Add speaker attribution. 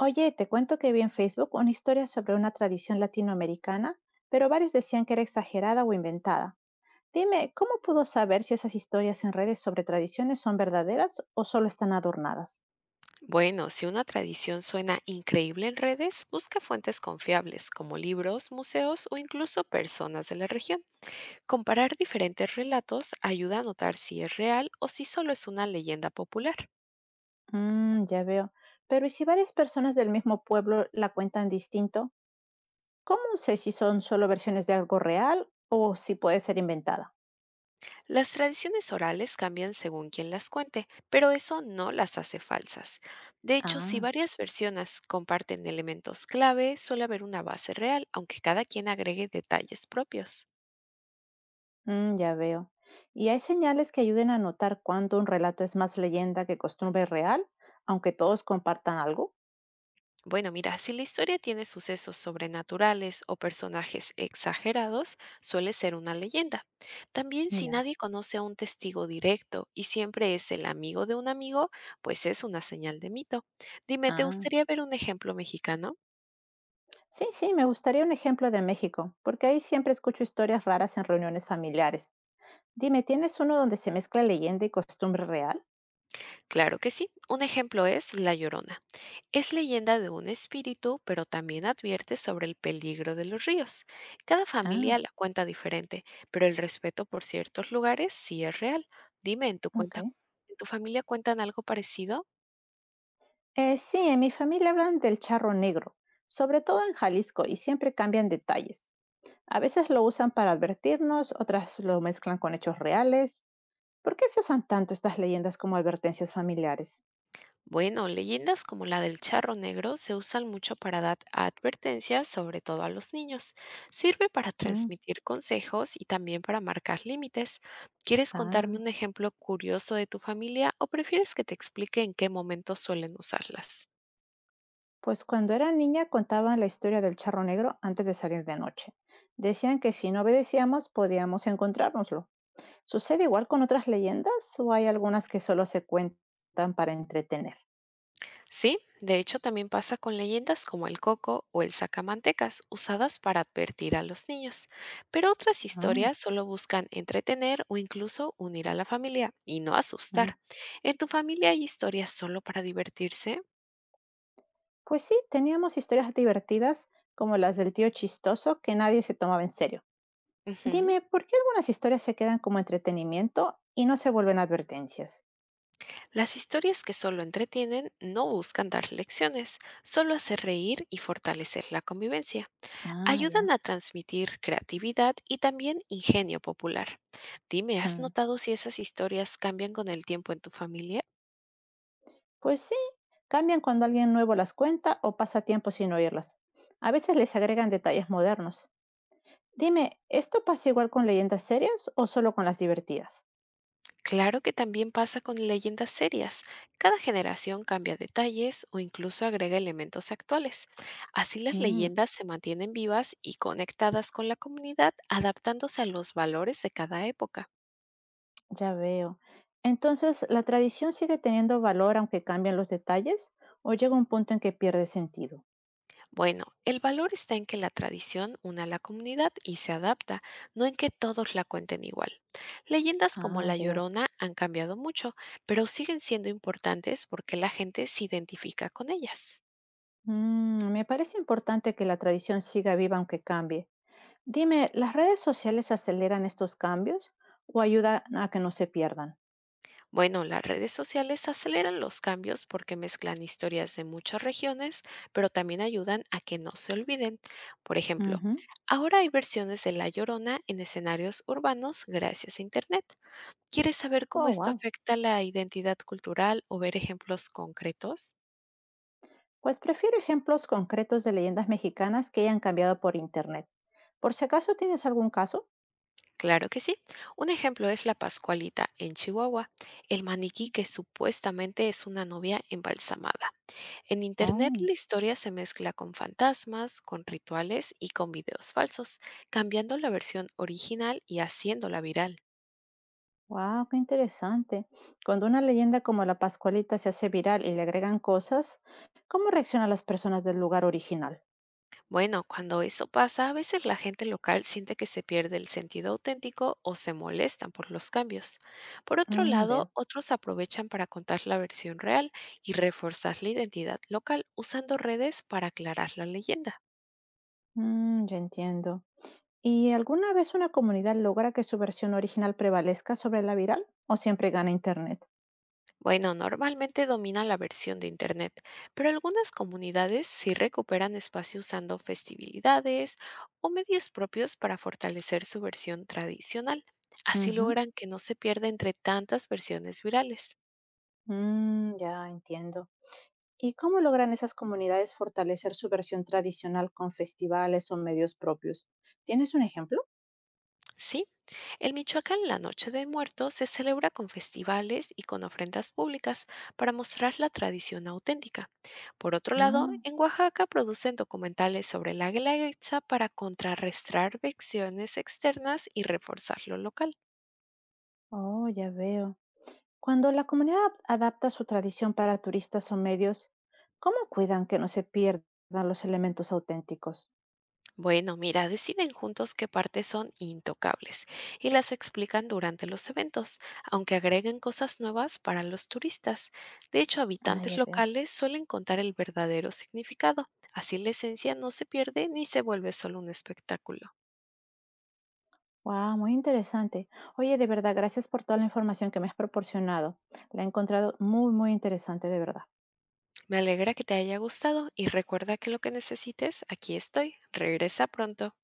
Speaker 1: Oye, te cuento que vi en Facebook una historia sobre una tradición latinoamericana, pero varios decían que era exagerada o inventada. Dime, ¿cómo puedo saber si esas historias en redes sobre tradiciones son verdaderas o solo están adornadas?
Speaker 2: Bueno, si una tradición suena increíble en redes, busca fuentes confiables como libros, museos o incluso personas de la región. Comparar diferentes relatos ayuda a notar si es real o si solo es una leyenda popular.
Speaker 1: Mm, ya veo. Pero ¿y si varias personas del mismo pueblo la cuentan distinto? ¿Cómo sé si son solo versiones de algo real o si puede ser inventada?
Speaker 2: Las tradiciones orales cambian según quien las cuente, pero eso no las hace falsas. De hecho, si
Speaker 1: Ah.
Speaker 2: varias versiones comparten elementos clave, suele haber una base real, aunque cada quien agregue detalles propios.
Speaker 1: Mm, ya veo. ¿Y hay señales que ayuden a notar cuándo un relato es más leyenda que costumbre real, aunque todos compartan algo?
Speaker 2: Bueno, mira, si la historia tiene sucesos sobrenaturales o personajes exagerados, suele ser una leyenda. También si
Speaker 1: Ya.
Speaker 2: nadie conoce a un testigo directo y siempre es el amigo de un amigo, pues es una señal de mito. Dime, ¿te
Speaker 1: Ah,
Speaker 2: gustaría ver un ejemplo mexicano?
Speaker 1: sí, sí, me gustaría un ejemplo de México, porque ahí siempre escucho historias raras en reuniones familiares. Dime, ¿tienes uno donde se mezcla leyenda y costumbre real?
Speaker 2: Claro que sí. Un ejemplo es La Llorona. Es leyenda de un espíritu, pero también advierte sobre el peligro de los ríos. Cada familia
Speaker 1: Ah,
Speaker 2: la cuenta diferente, pero el respeto por ciertos lugares sí es real. Dime, ¿en tu
Speaker 1: ok.
Speaker 2: cuenta, en tu familia cuentan algo parecido?
Speaker 1: Sí, en mi familia hablan del charro negro, sobre todo en Jalisco, y siempre cambian detalles. A veces lo usan para advertirnos, otras lo mezclan con hechos reales. ¿Por qué se usan tanto estas leyendas como advertencias familiares?
Speaker 2: Bueno, leyendas como la del charro negro se usan mucho para dar advertencias, sobre todo a los niños. Sirve para
Speaker 1: Mm.
Speaker 2: transmitir consejos y también para marcar límites. ¿Quieres contarme
Speaker 1: Ah,
Speaker 2: un ejemplo curioso de tu familia o prefieres que te explique en qué momento suelen usarlas?
Speaker 1: pues cuando era niña contaban la historia del charro negro antes de salir de noche. Decían que si no obedecíamos podíamos encontrárnoslo. ¿Sucede igual con otras leyendas o hay algunas que solo se cuentan para entretener?
Speaker 2: Sí, de hecho también pasa con leyendas como el coco o el sacamantecas, usadas para advertir a los niños. Pero otras
Speaker 1: Ah,
Speaker 2: historias solo buscan entretener o incluso unir a la familia y no
Speaker 1: mm.
Speaker 2: asustar. ¿En tu familia hay historias solo para divertirse?
Speaker 1: Pues sí, teníamos historias divertidas como las del tío chistoso que nadie se tomaba en serio.
Speaker 2: Ujú.
Speaker 1: Dime, ¿por qué algunas historias se quedan como entretenimiento y no se vuelven advertencias?
Speaker 2: Las historias que solo entretienen no buscan dar lecciones, solo hacer reír y fortalecer la convivencia.
Speaker 1: Ah,
Speaker 2: Ayudan
Speaker 1: ya.
Speaker 2: a transmitir creatividad y también ingenio popular. Dime, ¿has
Speaker 1: Mm.
Speaker 2: notado si esas historias cambian con el tiempo en tu familia?
Speaker 1: Pues sí, cambian cuando alguien nuevo las cuenta o pasa tiempo sin oírlas. A veces les agregan detalles modernos. Dime, ¿esto pasa igual con leyendas serias o solo con las divertidas?
Speaker 2: Claro que también pasa con leyendas serias. Cada generación cambia detalles o incluso agrega elementos actuales. Así las
Speaker 1: Mm,
Speaker 2: leyendas se mantienen vivas y conectadas con la comunidad, adaptándose a los valores de cada época.
Speaker 1: ya veo. Entonces, ¿la tradición sigue teniendo valor aunque cambien los detalles o llega un punto en que pierde sentido?
Speaker 2: Bueno, el valor está en que la tradición une a la comunidad y se adapta, no en que todos la cuenten igual. Leyendas como
Speaker 1: Ah,
Speaker 2: La
Speaker 1: veo.
Speaker 2: Llorona han cambiado mucho, pero siguen siendo importantes porque la gente se identifica con ellas.
Speaker 1: Mm, me parece importante que la tradición siga viva aunque cambie. Dime, ¿las redes sociales aceleran estos cambios o ayudan a que no se pierdan?
Speaker 2: Bueno, las redes sociales aceleran los cambios porque mezclan historias de muchas regiones, pero también ayudan a que no se olviden. Por ejemplo,
Speaker 1: Ujú.
Speaker 2: ahora hay versiones de La Llorona en escenarios urbanos gracias a Internet. ¿Quieres saber cómo
Speaker 1: Oh,
Speaker 2: esto
Speaker 1: wow.
Speaker 2: afecta la identidad cultural o ver ejemplos concretos?
Speaker 1: Pues prefiero ejemplos concretos de leyendas mexicanas que hayan cambiado por internet. Por si acaso tienes algún caso.
Speaker 2: Claro que sí. Un ejemplo es la Pascualita en Chihuahua, el maniquí que supuestamente es una novia embalsamada. En Internet
Speaker 1: Oh,
Speaker 2: la historia se mezcla con fantasmas, con rituales y con videos falsos, cambiando la versión original y haciéndola viral.
Speaker 1: wow, qué interesante. Cuando una leyenda como la Pascualita se hace viral y le agregan cosas, ¿cómo reaccionan las personas del lugar original?
Speaker 2: Bueno, cuando eso pasa, a veces la gente local siente que se pierde el sentido auténtico o se molestan por los cambios. Por otro
Speaker 1: Mm,
Speaker 2: lado,
Speaker 1: veo.
Speaker 2: otros aprovechan para contar la versión real y reforzar la identidad local usando redes para aclarar la leyenda.
Speaker 1: Mm, ya entiendo. ¿Y alguna vez una comunidad logra que su versión original prevalezca sobre la viral o siempre gana internet?
Speaker 2: Bueno, normalmente domina la versión de Internet, pero algunas comunidades sí recuperan espacio usando festividades o medios propios para fortalecer su versión tradicional. Así
Speaker 1: Ujú.
Speaker 2: logran que no se pierda entre tantas versiones virales.
Speaker 1: Mm, ya entiendo. ¿Y cómo logran esas comunidades fortalecer su versión tradicional con festivales o medios propios? ¿Tienes un ejemplo?
Speaker 2: Sí, en Michoacán la Noche de Muertos se celebra con festivales y con ofrendas públicas para mostrar la tradición auténtica. Por otro lado,
Speaker 1: Ah,
Speaker 2: en Oaxaca producen documentales sobre la guelaguetza para contrarrestar vecciones externas y reforzar lo local.
Speaker 1: oh, ya veo. Cuando la comunidad adapta su tradición para turistas o medios, ¿cómo cuidan que no se pierdan los elementos auténticos?
Speaker 2: Bueno, mira, deciden juntos qué partes son intocables y las explican durante los eventos, aunque agreguen cosas nuevas para los turistas. De hecho,
Speaker 1: Ah,
Speaker 2: habitantes
Speaker 1: ya veo.
Speaker 2: locales suelen contar el verdadero significado, así la esencia no se pierde ni se vuelve solo un espectáculo.
Speaker 1: Wow, muy interesante. Oye, de verdad, gracias por toda la información que me has proporcionado. La he encontrado muy, muy interesante, de verdad.
Speaker 2: Me alegra que te haya gustado y recuerda que lo que necesites, aquí estoy. Regresa pronto.